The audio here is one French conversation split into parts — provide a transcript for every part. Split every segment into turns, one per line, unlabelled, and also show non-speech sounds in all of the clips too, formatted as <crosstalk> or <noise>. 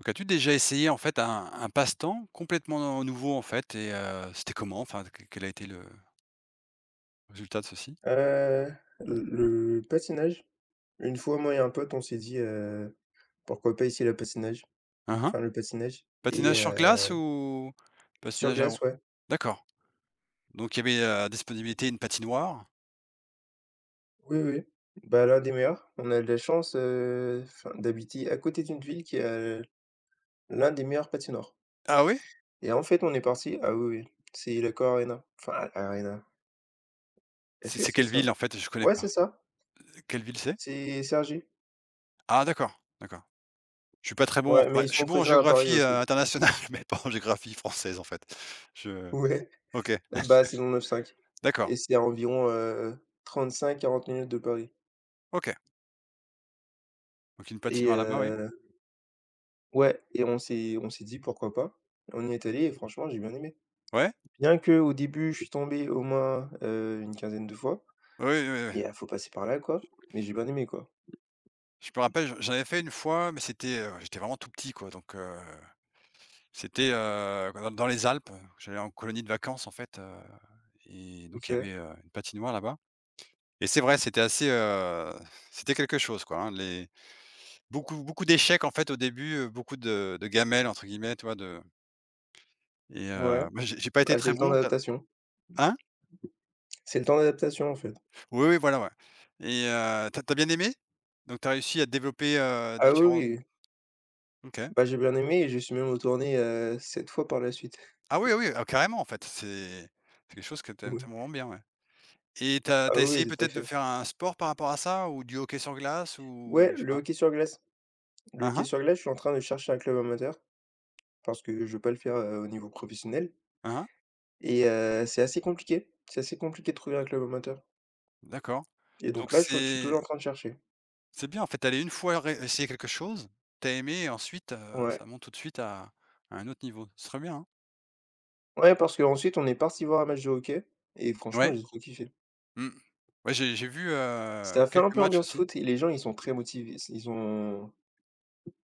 Donc as-tu déjà essayé en fait un passe-temps complètement nouveau en fait et c'était comment? Enfin quel a été le résultat de ceci?
Heu, le patinage. Une fois, moi et un pote, on s'est dit: «Pourquoi pas essayer le patinage?»
Hein, hein.
Enfin le patinage et
Patinage sur glace ou
sur
patinage à roues?
glace, ouais.
D'accord, donc il y avait à disponibilité une patinoire?
Oui, oui. Oui. Bah, l'un des meilleurs. On a de la chance, enfin d'habiter à côté d'une ville qui a l'un des meilleurs patinoires
Ah oui?
et en fait, on est parti ah oui, oui, c'est l'Accor Arena, enfin Arena. Est-ce
C'est
que
c'est
c'est
quelle
ça?
ville en fait? Je connais
Ouais, c'est
pas.
ça.
Quelle ville c'est?
C'est Sergi.
Ah d'accord, d'accord. Je suis pas très bon,
Ouais, mais
enfin
ils
je
sont
suis bon en
présents à Paris
géographie,
aussi. <laughs>
internationale <laughs> mais pas en géographie française en fait. Je
Ouais,
OK,
bah, c'est dans le neuf cinq
d'accord,
et c'est à environ, 35 quarante minutes de Paris.
OK. Donc une
Et
patinoire là-bas, oui.
ouais et on s'est dit: «Pourquoi pas?» On y est allé et franchement, j'ai bien aimé.
Ouais?
Bien que au début, je suis tombé au moins, une quinzaine de fois
Oui, oui, oui, oui.
et faut passer par là, quoi, mais j'ai bien aimé, quoi.
Je me rappelle, j'en avais fait une fois, mais c'était, j'étais vraiment tout petit quoi, donc c'était, dans les Alpes, j'allais en colonie de vacances en fait, et donc il y
OK,
avait, une patinoire là-bas et c'est vrai, c'était quelque chose quoi, hein. Les Beaucoup d'échecs en fait au début, beaucoup de «gamelles» entre guillemets, tu vois? De Et
ouais,
moi j'ai pas été
bah, c'est
très
le temps
bon, tu
d'adaptation.
hein?
C'est le temps d'adaptation, en fait.
Oui, oui, voilà, ouais et tu as bien aimé? Donc t'as réussi à développer,
Ah oui,
différentes.
oui,
OK.
bah, j'ai bien aimé et je suis même retourné, 7 fois par la suite. <laughs>
Ah oui, oui, ah carrément en fait, c'est quelque chose que tu aimes tu
Oui.
vraiment bien, ouais. Et tu as tu
Ah
as
oui,
essayé
oui, tout à
peut-être de
fait.
faire un sport par rapport à ça ou du hockey sur glace ou
Ouais,
je sais
le
pas?
hockey sur glace. Le
Hein,
hockey
hein,
sur glace, je suis en train de chercher un club amateur parce que je veux pas le faire, au niveau professionnel
hein, hein,
et c'est assez compliqué. C'est assez compliqué de trouver un club amateur
d'accord.
et donc
Donc
là, je suis
c'est
toujours en train de chercher.
c'est bien en fait, aller une fois ré essayer quelque chose, t'as aimé et ensuite,
Ouais.
ça monte tout de suite à un autre niveau. Ce serait bien, hein.
Ouais, parce qu'ensuite, on est parti voir un match de hockey et franchement,
Ouais,
j'ai trop kiffé.
mmh. Ouais, j'ai vu,
Ça fait un
quelques
peu
matchs
ambiance
aussi.
foot et les gens, ils sont très motivés. Ils ont,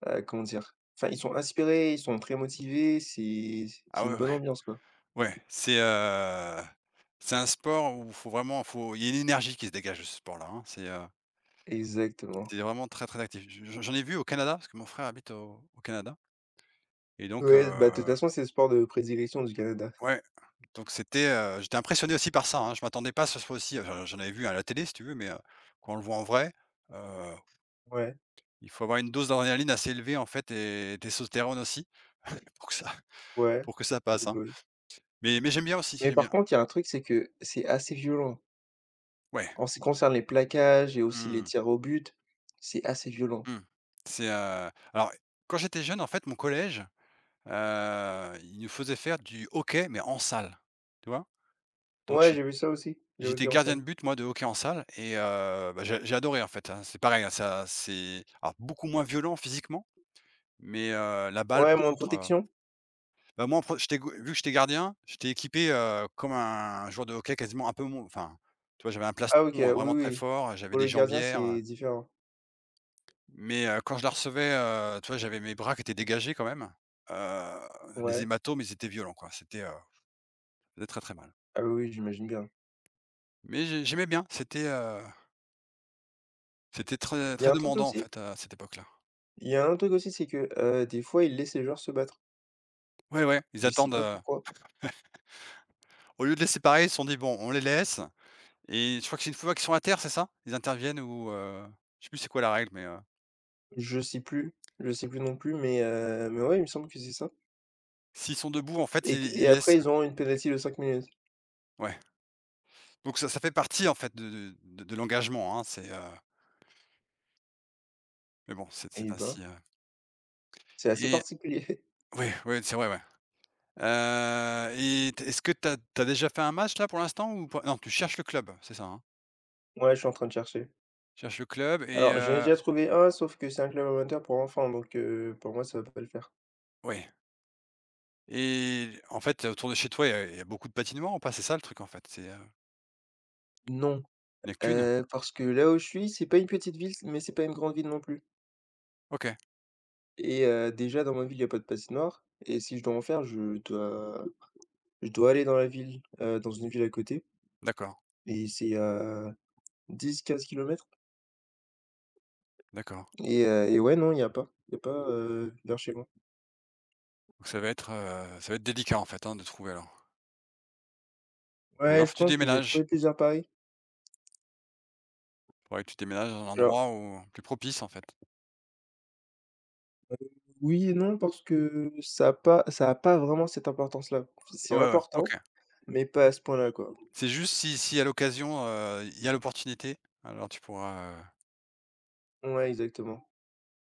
comment dire? Enfin, ils sont inspirés, ils sont très motivés, c'est
Ah ouais,
une bonne
ouais,
ambiance, quoi.
ouais, c'est, un sport où faut vraiment faut il y a une énergie qui se dégage de ce sport-là, hein. C'est, heu
Exactement.
C'est vraiment très, très actif. J'en ai vu au Canada, parce que mon frère habite au Canada et donc,
Ouais, bah, de toute façon, c'est le sport de prédilection du Canada.
ouais, donc j'étais impressionné aussi par ça, hein. Je m'attendais pas à ce que ce soit aussi, j'en avais vu à la télé si tu veux, mais quand on le voit en vrai, heu,
Ouais,
il faut avoir une dose d'adrénaline assez élevée en fait et testostérone aussi pour que ça <laughs>
ouais,
pour que ça passe, hein.
bah.
Mais j'aime bien aussi,
Mais
j'aime
par
bien.
contre, il y a un truc, c'est que c'est assez violent.
Ouais.
En ce qui concerne les plaquages et aussi les
Mmh,
tirs au but, c'est assez violent.
mmh. C'est, alors quand j'étais jeune en fait mon collège, il nous faisait faire du hockey mais en salle, tu vois? Donc
Ouais,
j'ai
j'ai vu ça aussi, le hockey
J'étais
en
gardien
salle.
de but moi de hockey en salle et bah, j'ai adoré en fait, hein. C'est pareil, hein, ça c'est alors beaucoup moins violent physiquement, mais la balle
Ouais,
par
moins de
contre,
protection?
bah, moi en pre j'étais g vu que j'étais gardien, j'étais équipé, comme un joueur de hockey quasiment un peu mon enfin, tu vois, j'avais un
Ah OK,
plastron,
oui,
vraiment très
oui.
fort, j'avais
Pour le
des
gardien,
jambières,
c'est différent.
mais quand je la recevais, tu vois, j'avais mes bras qui étaient dégagés quand même. Heu, les
Ouais.
hématomes, ils étaient violents quoi, ça faisait très, très mal.
Ah oui, oui, j'imagine bien.
Mais j'aimais bien, c'était, c'était très
Il y
très
a un truc
demandant en
aussi
fait à cette époque-là.
il y a un autre truc aussi, c'est que, des fois, ils laissent les joueurs se battre.
Ouais, ouais, ils
Je sais
attendent,
pas pourquoi,
au lieu de les séparer, ils se sont dit: «Bon, on les laisse» et je crois que c'est une fois qu'ils sont à terre, c'est ça? Ils interviennent ou, je sais plus c'est quoi la règle, mais,
je sais plus, je sais plus non plus, mais ouais, il me semble que c'est ça
s'ils sont debout, en fait,
et
ils
et
ils
après,
laissent.
ils ont une pénalité de 5 minutes
Ouais. Donc ça fait partie, en fait, de l'engagement, hein, mais bon, c'est
et
c'est
bah,
ainsi,
c'est assez
et
particulier.
ouais, ouais, c'est vrai, ouais. Et t est-ce que tu as déjà fait un match là pour l'instant ou pas? Non, tu cherches le club, c'est ça, hein?
<laughs> Ouais, je suis en train de chercher.
Tu cherches le club et
Alors, j'en ai déjà trouvé un, sauf que c'est un club amateur pour enfants, donc pour moi, ça va pas le faire.
ouais et en fait, autour de chez toi, il y a beaucoup de patinoires ou pas? C'est ça le truc, en fait,
Non,
il n'y a qu'une?
parce que là où je suis, c'est pas une petite ville, mais c'est pas une grande ville non plus
OK,
et déjà dans ma ville, il y a pas de patinoire et si je dois en faire, je dois aller dans la ville, dans une ville à côté
d'accord,
et c'est à dix quinze kilomètres.
d'accord.
Et ouais, non, il y a pas. Il y a pas, vers chez moi.
Donc ça va être délicat, en fait, hein, de trouver alors? Ou
Ouais,
alors
je
tu
pense que j'ai
déménages?
trouvé plusieurs paris.
Faudrait que tu déménages dans un
Alors
endroit où plus propice, en fait.
oui et non, parce que ça a pas vraiment cette importance-là. C'est
Ouais, ouais,
important.
OK.
Mais pas à ce point-là, quoi.
C'est juste si à l'occasion, il y a l'opportunité, alors tu pourras,
Ouais, exactement.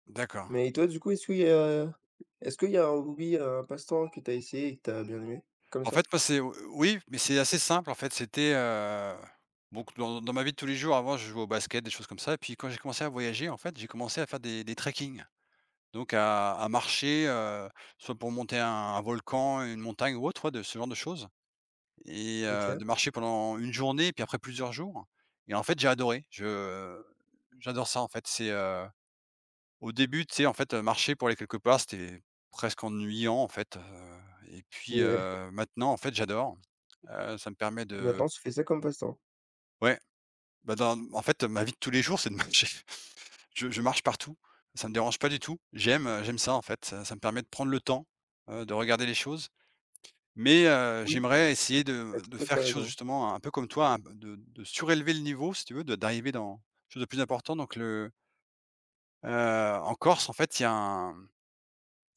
d'accord.
Mais toi, du coup, est-ce qu'il y a un hobby, un passe-temps que t'as essayé et que t'as bien aimé? Comme
En
ça?
fait, moi, c'est oui, mais c'est assez simple, en fait, donc dans ma vie de tous les jours, avant, je jouais au basket, des choses comme ça et puis quand j'ai commencé à voyager, en fait, j'ai commencé à faire des trekking. Donc à marcher, soit pour monter un volcan, une montagne ou autre, ouais, de ce genre de choses. Et
OK.
de marcher pendant une journée, puis après plusieurs jours et en fait, j'ai adoré. Je j'adore ça, en fait. C'est, au début, tu sais, en fait, marcher pour aller quelque part, c'était presque ennuyant, en fait, et puis,
Ouais.
maintenant, en fait, j'adore. Ça me permet
Et
de.
maintenant, tu fais ça comme passe-temps?
Ouais, bah, dans en fait, ma vie de tous les jours, c'est de marcher. <laughs> Je marche partout, ça me dérange pas du tout. J'aime, j'aime ça, en fait. Ça me permet de prendre le temps, de regarder les choses. Mais,
Oui,
j'aimerais essayer de
t'as
de
tout à
faire
fait
quelque chose
raison.
justement un peu comme toi, un p de surélever le niveau si tu veux, de d'arriver dans quelque chose de plus important donc heu, en Corse en fait il y a un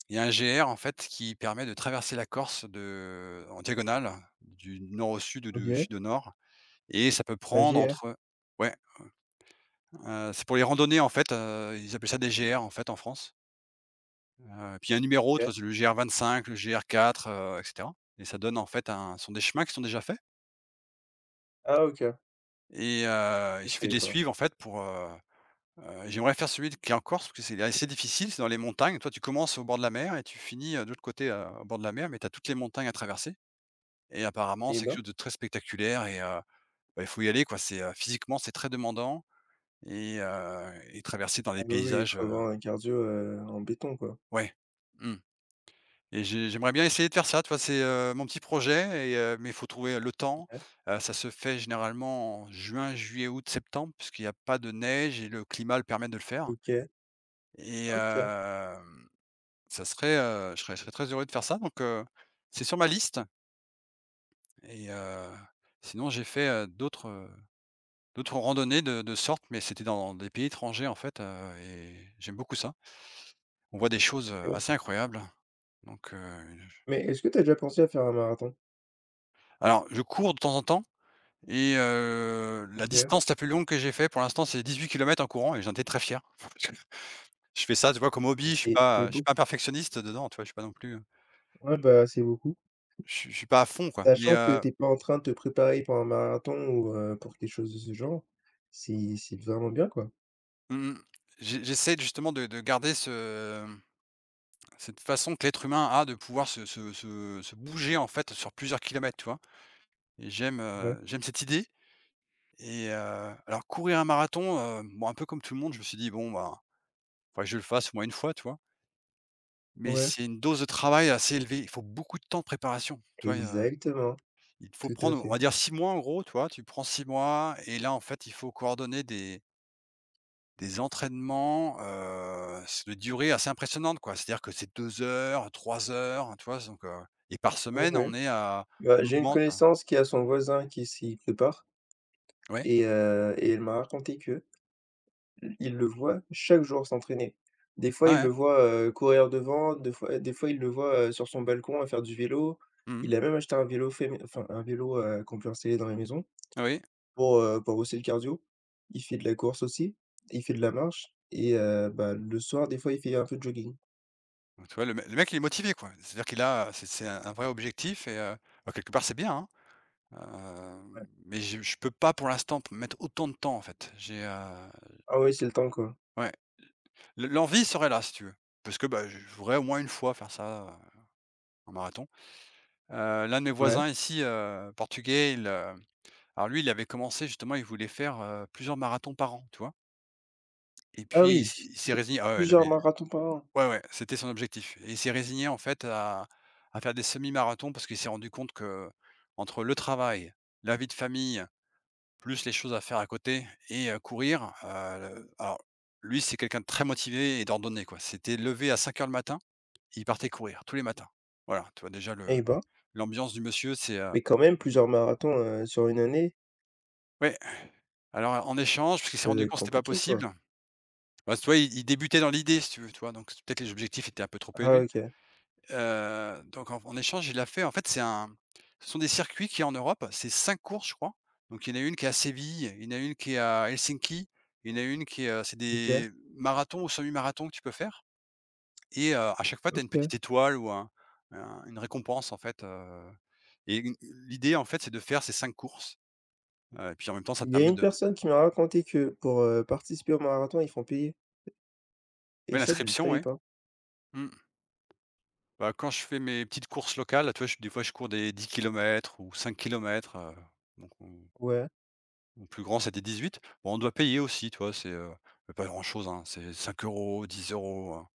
il y a un GR en fait qui permet de traverser la Corse de en diagonale, du nord au sud ou du
OK.
sud au nord et ça peut
Un
prendre
GR.
entre. Ouais, c'est pour les randonnées en fait, ils appellent ça des GR en fait en France, heu, puis il y a un numéro, tu
OK.
vois? C'est le GR 25, le GR 4, et cetera et ça donne en fait un ce sont des chemins qui sont déjà faits.
Ah OK.
Et
Je
il suffit de
savais
les
pas.
suivre en fait j'aimerais faire celui qui est en Corse, parce que c'est assez difficile, c'est dans les montagnes. Toi, tu commences au bord de la mer et tu finis, de l'autre côté, au bord de la mer, mais tu as toutes les montagnes à traverser et apparemment,
Eh
c'est quelque
ben.
chose de très spectaculaire et bah, il faut y aller quoi. C'est, physiquement, c'est très demandant et traverser dans
Ah
des
bah oui, il
paysages,
faut avoir un cardio, en béton, quoi.
ouais. Mmh. Et j'aimerais bien essayer de faire ça, tu vois? C'est, mon petit projet et mais il faut trouver le temps.
Ouais.
Ça se fait généralement en juin, juillet, août, septembre, puisqu'il n'y a pas de neige et le climat le permet de le faire
OK.
et
OK.
ça serait, je serais très heureux de faire ça donc c'est sur ma liste et sinon j'ai fait, d'autres randonnées de sorte, mais c'était dans des pays étrangers, en fait, et j'aime beaucoup ça. On voit des choses,
OK.
assez incroyables donc
Mais est-ce que t'as déjà pensé à faire un marathon?
alors je cours de temps en temps. Et la
OK.
distance la plus longue que j'ai fait pour l'instant, c'est 18 km en courant et j'en étais très fier. <laughs> Je fais ça, tu vois, comme hobby, je suis
C'est
pas je suis
beaucoup.
pas un perfectionniste dedans, tu vois? Je suis pas non plus,
Ouais, bah, c'est beaucoup.
je suis pas à fond, quoi. Mais
Sachant que tu es pas en train de te préparer pour un marathon ou pour quelque chose de ce genre, c'est vraiment bien, quoi.
mmh mh, j'essaie justement de garder cette façon que l'être humain a de pouvoir se bouger, en fait, sur plusieurs kilomètres, tu vois? Et j'aime,
Ouais,
heu, j'aime cette idée et alors courir un marathon, bon, un peu comme tout le monde, je me suis dit: «Bon, bah faudrait que je le fasse au moins une fois», tu vois? Mais
ouais,
c'est une dose de travail assez élevée. Il faut beaucoup de temps de préparation. Tu vois,
exactement,
il faut
tout à
prendre, on
fait.
va dire 6 mois en gros, tu vois? Tu prends 6 mois et là, en fait, il faut coordonner des entraînements, c'est de durée assez impressionnante, quoi. C'est-à-dire que c'est 2 heures, 3 heures, hein, tu vois? Donc, et par
Ouais,
semaine,
ouais.
on est à.
Bah,
On
j'ai une
augmente hein.
connaissance qui a son voisin qui s'y prépare
Ouais,
et elle m'a raconté que il le voit chaque jour s'entraîner. Des fois,
ouais,
il le
ouais.
voit, courir devant, des fois, il le voit, sur son balcon à faire du vélo.
Mmh.
Il a même acheté un vélo fémi enfin un vélo, qu'on peut installer dans les maisons.
Oui.
Pour bosser le cardio. Il fait de la course aussi, il fait de la marche et bah, le soir, des fois, il fait un peu de jogging.
Donc tu vois, le mec, il est motivé, quoi. C'est-à-dire qu'il a c'est un vrai objectif et bah, quelque part, c'est bien, hein. Heu,
Ouais.
mais je peux pas pour l'instant p mettre autant de temps en fait. J'ai,
Ah oui, c'est le temps, quoi.
ouais, l'envie serait là si tu veux, parce que, bah, je voudrais au moins une fois faire ça, en marathon. L'un de mes
Ouais.
voisins ici, portugais, alors lui, il avait commencé justement, il voulait faire, plusieurs marathons par an, tu vois? Et
Ah
puis
oui,
il s'est résigné. Ah ouais, là,
plusieurs
mais
marathons par an?
ouais, ouais, c'était son objectif et il s'est résigné en fait à faire des semi-marathons parce qu'il s'est rendu compte que, entre le travail, la vie de famille, plus les choses à faire à côté et courir, alors lui, c'est quelqu'un de très motivé et d'ordonné, quoi. C'était levé à 5 heures le matin, il partait courir tous les matins. Voilà, tu vois déjà le
Eh ben,
l'ambiance du monsieur, c'est,
mais quand même plusieurs marathons, sur une année,
ouais. Alors en échange, parce qu'il s'est
ça doit
rendu
être
compte que c'était pas
compliqué, quoi.
possible, bah, tu vois, il débutait dans l'idée si tu veux, tu vois? Donc peut-être les objectifs étaient un peu trop
Ah
élevés.
OK.
Donc en échange, il a fait, en fait, c'est un ce sont des circuits qui en Europe, c'est 5 courses, je crois. Donc il y en a une qui est à Séville, il y en a une qui est à Helsinki, il y en a une qui est, c'est
OK.
des marathons ou semi-marathons que tu peux faire et à chaque fois, tu as une
OK.
petite étoile ou un une récompense, en fait, et une l'idée, en fait, c'est de faire ces 5 courses, et puis en même temps, ça te
Il y a
permet
une
de
personne qui m'a raconté que pour, participer au marathon, ils font payer et
ouais,
ça, je le
l'inscription,
savais
ouais.
pas.
Mmh. Bah, quand je fais mes petites courses locales, là, tu vois, je des fois, je cours des 10 kilomètres ou 5 kilomètres, donc on
Ouais.
mon plus grand, c'était huit. Bon, on doit payer aussi, tu vois? C'est, pas grand-chose, hein, c'est 5 euros, 10 euros, hein.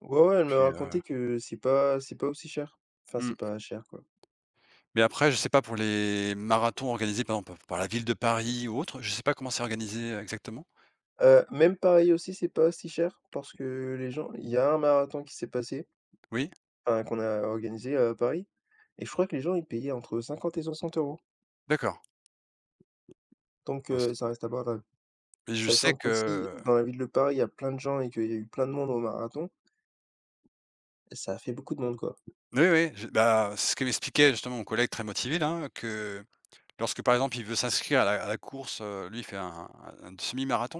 Ouais, ouais, elle m'a
Puis,
raconté que c'est pas aussi cher. Enfin, c'est
mmh,
pas cher, quoi.
mais après, je sais pas pour les marathons organisés, par exemple, par la ville de Paris ou autre, je sais pas comment c'est organisé, exactement.
Même pareil aussi, c'est pas si cher parce que les gens il y a un marathon qui s'est passé,
Oui?
enfin qu'on a organisé à Paris et je crois que les gens ils payaient entre 50 et 60 euros.
D'accord.
Donc
Mince,
ça reste abordable.
et je sais
Sachant qu'aussi
que
dans la ville de Paris, il y a plein de gens et qu'il y a eu plein de monde au marathon, ça a fait beaucoup de monde, quoi.
oui, oui, je bah, c'est ce que m'expliquait justement mon collègue très motivé là, que lorsque, par exemple, il veut s'inscrire à la course, lui, il fait un un semi-marathon,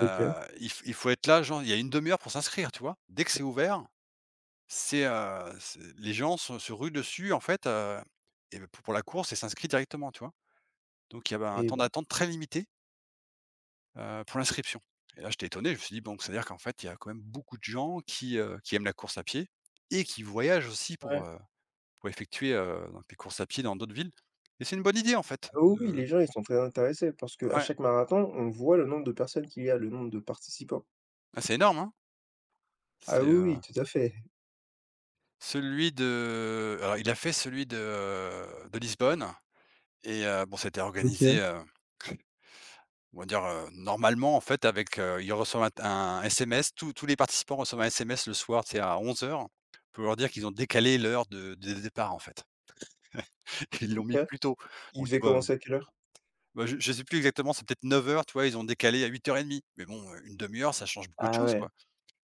OK.
il faut être là, genre, il y a une demi heure pour s'inscrire, tu vois? Dès que c'est ouvert, c'est, c'est les gens se ruent dessus, en fait, et bah, pour la course et s'inscrit directement, tu vois? Donc il y avait un
Et
temps
ben
d'attente très limité, pour l'inscription. Et là j'étais étonné, je me suis dit: «Bon, donc ça veut dire qu'en fait, il y a quand même beaucoup de gens qui aiment la course à pied et qui voyagent aussi
ouais.
pour effectuer, donc des courses à pied dans d'autres villes». Et c'est une bonne idée en fait
Ah oui, oui,
de
les gens ils sont très intéressés parce que à
ouais,
chaque marathon, on voit le nombre de personnes qu'il y a, le nombre de participants.
ah c'est énorme, hein?
Ah
C'est,
oui, oui, tout à fait.
celui de alors il a fait celui de Lisbonne. Et bon, c'était
OK.
organisé, on va dire, normalement, en fait, avec, ils reçoivent un SMS, tous les participants reçoivent un SMS le soir, tu sais, à 11:00, pour leur dire qu'ils ont décalé l'heure de départ, en fait. <laughs> Ils l'ont mis
Ouais.
plus tôt.
Il
Donc tu
devait
vois,
commencer à quelle heure?
bah, je ne sais plus exactement, c'est peut-être 9 heures, tu vois? Ils ont décalé à 8:30. Mais bon, 1/2 heure, ça change beaucoup de
Ah
choses,
ouais.
quoi.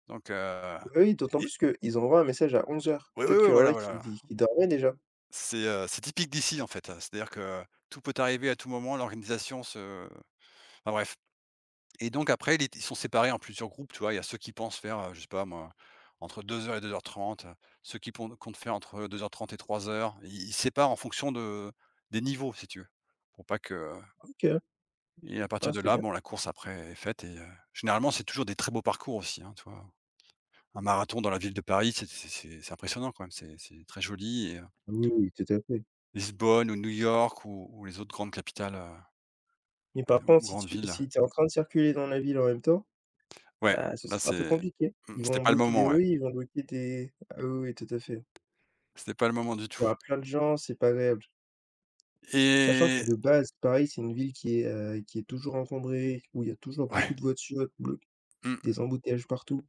Donc
Bah oui, d'autant
et
plus qu'ils envoient un message à 11:00.
oui, oui,
Peut-être
oui,
qu'il y en
voilà,
a qui
voilà.
di qui dormaient déjà.
C'est typique d'ici, en fait, c'est-à-dire que tout peut arriver à tout moment, l'organisation se enfin bref. Et donc après, il est ils sont séparés en plusieurs groupes, tu vois? Il y a ceux qui pensent faire, je sais pas moi, entre 2 heures et 2 heures 30, ceux qui pon comptent faire entre 2 heures 30 et 3:00. Ils séparent en fonction de des niveaux, si tu veux, pour pas que
OK, hein.
et à
Ah
partir de
c'est
là,
bien.
bon, la course après est faite et généralement, c'est toujours des très beaux parcours aussi, hein, tu vois? Un marathon dans la ville de Paris, c'est impressionnant quand même, c'est très joli. Et
Oui, oui, tout à fait.
Lisbonne ou New York ou les autres grandes capitales,
Mais par contre,
ou
si
grandes
tu
villes.
si es en train de circuler dans la ville en même temps,
Ouais,
bah, ce
là,
sera un peu
c'est,
compliqué.
mmh,
Ils
c'était
vont
pas le
bloquer des
moment, ouais.
rues, ils vont bloquer des ah oui, oui, tout à fait.
C'était pas le moment du
Il y
tout.
aura plein de gens, c'est pas agréable. Sachant que
Et
de base, Paris, c'est une ville qui est toujours encombrée, où il y a toujours beaucoup
ouais,
de voitures, blo
mmh,
des embouteillages partout.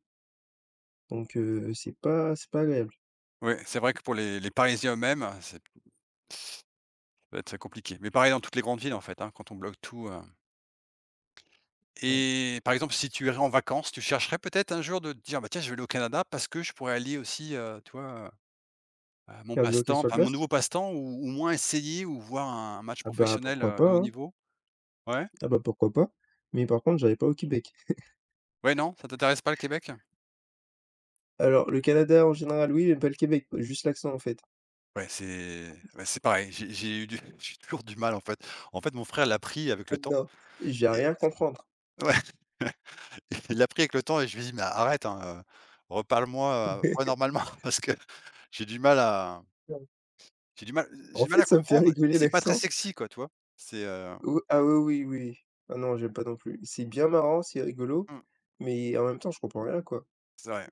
Donc c'est pas agréable.
ouais, c'est vrai que pour les Parisiens eux-mêmes, c'est peut-être compliqué. Mais pareil dans toutes les grandes villes, en fait, hein, quand on bloque tout,
Ouais.
et par exemple, si tu irais en vacances, tu chercherais peut-être un jour de te dire: «Bah, tiens, je vais aller au Canada parce que je pourrais aller aussi, tu vois, à mon
Faire du hockey
passe-temps,
sur
enfin, mon
glace?
nouveau passe-temps, ou au moins essayer ou voir un match
Ah bah,
professionnel,
pourquoi
de haut
pas, hein?
niveau». Ouais?
Ah bah, pourquoi pas, mais par contre, j'allais pas au Québec.
Ouais, non? Ça t'intéresse pas le Québec?
Alors le Canada en général, oui, mais pas le Québec, juste l'accent en fait.
Ouais, c'est pareil, j'ai eu du <laughs> j'ai toujours du mal, en fait. En fait, mon frère l'a pris avec
Ah
le temps
non, j'ai vais
et
rien à comprendre.
ouais. <laughs> <laughs> Il l'a pris avec le temps et je lui ai dit: «Mais arrête, hein, reparle-moi, pas normalement <laughs> parce que j'ai du mal à
Non.
j'ai
En
du mal
fait,
à
ça me fait
comprendre» et
rigoler
c'est pas très
l'accent.
sexy quoi, tu vois? C'est,
Ou ah oui, oui, oui. Ah non, j'aime pas non plus. C'est bien marrant, c'est rigolo,
mmh,
mais en même temps, je comprends rien, quoi.
c'est vrai.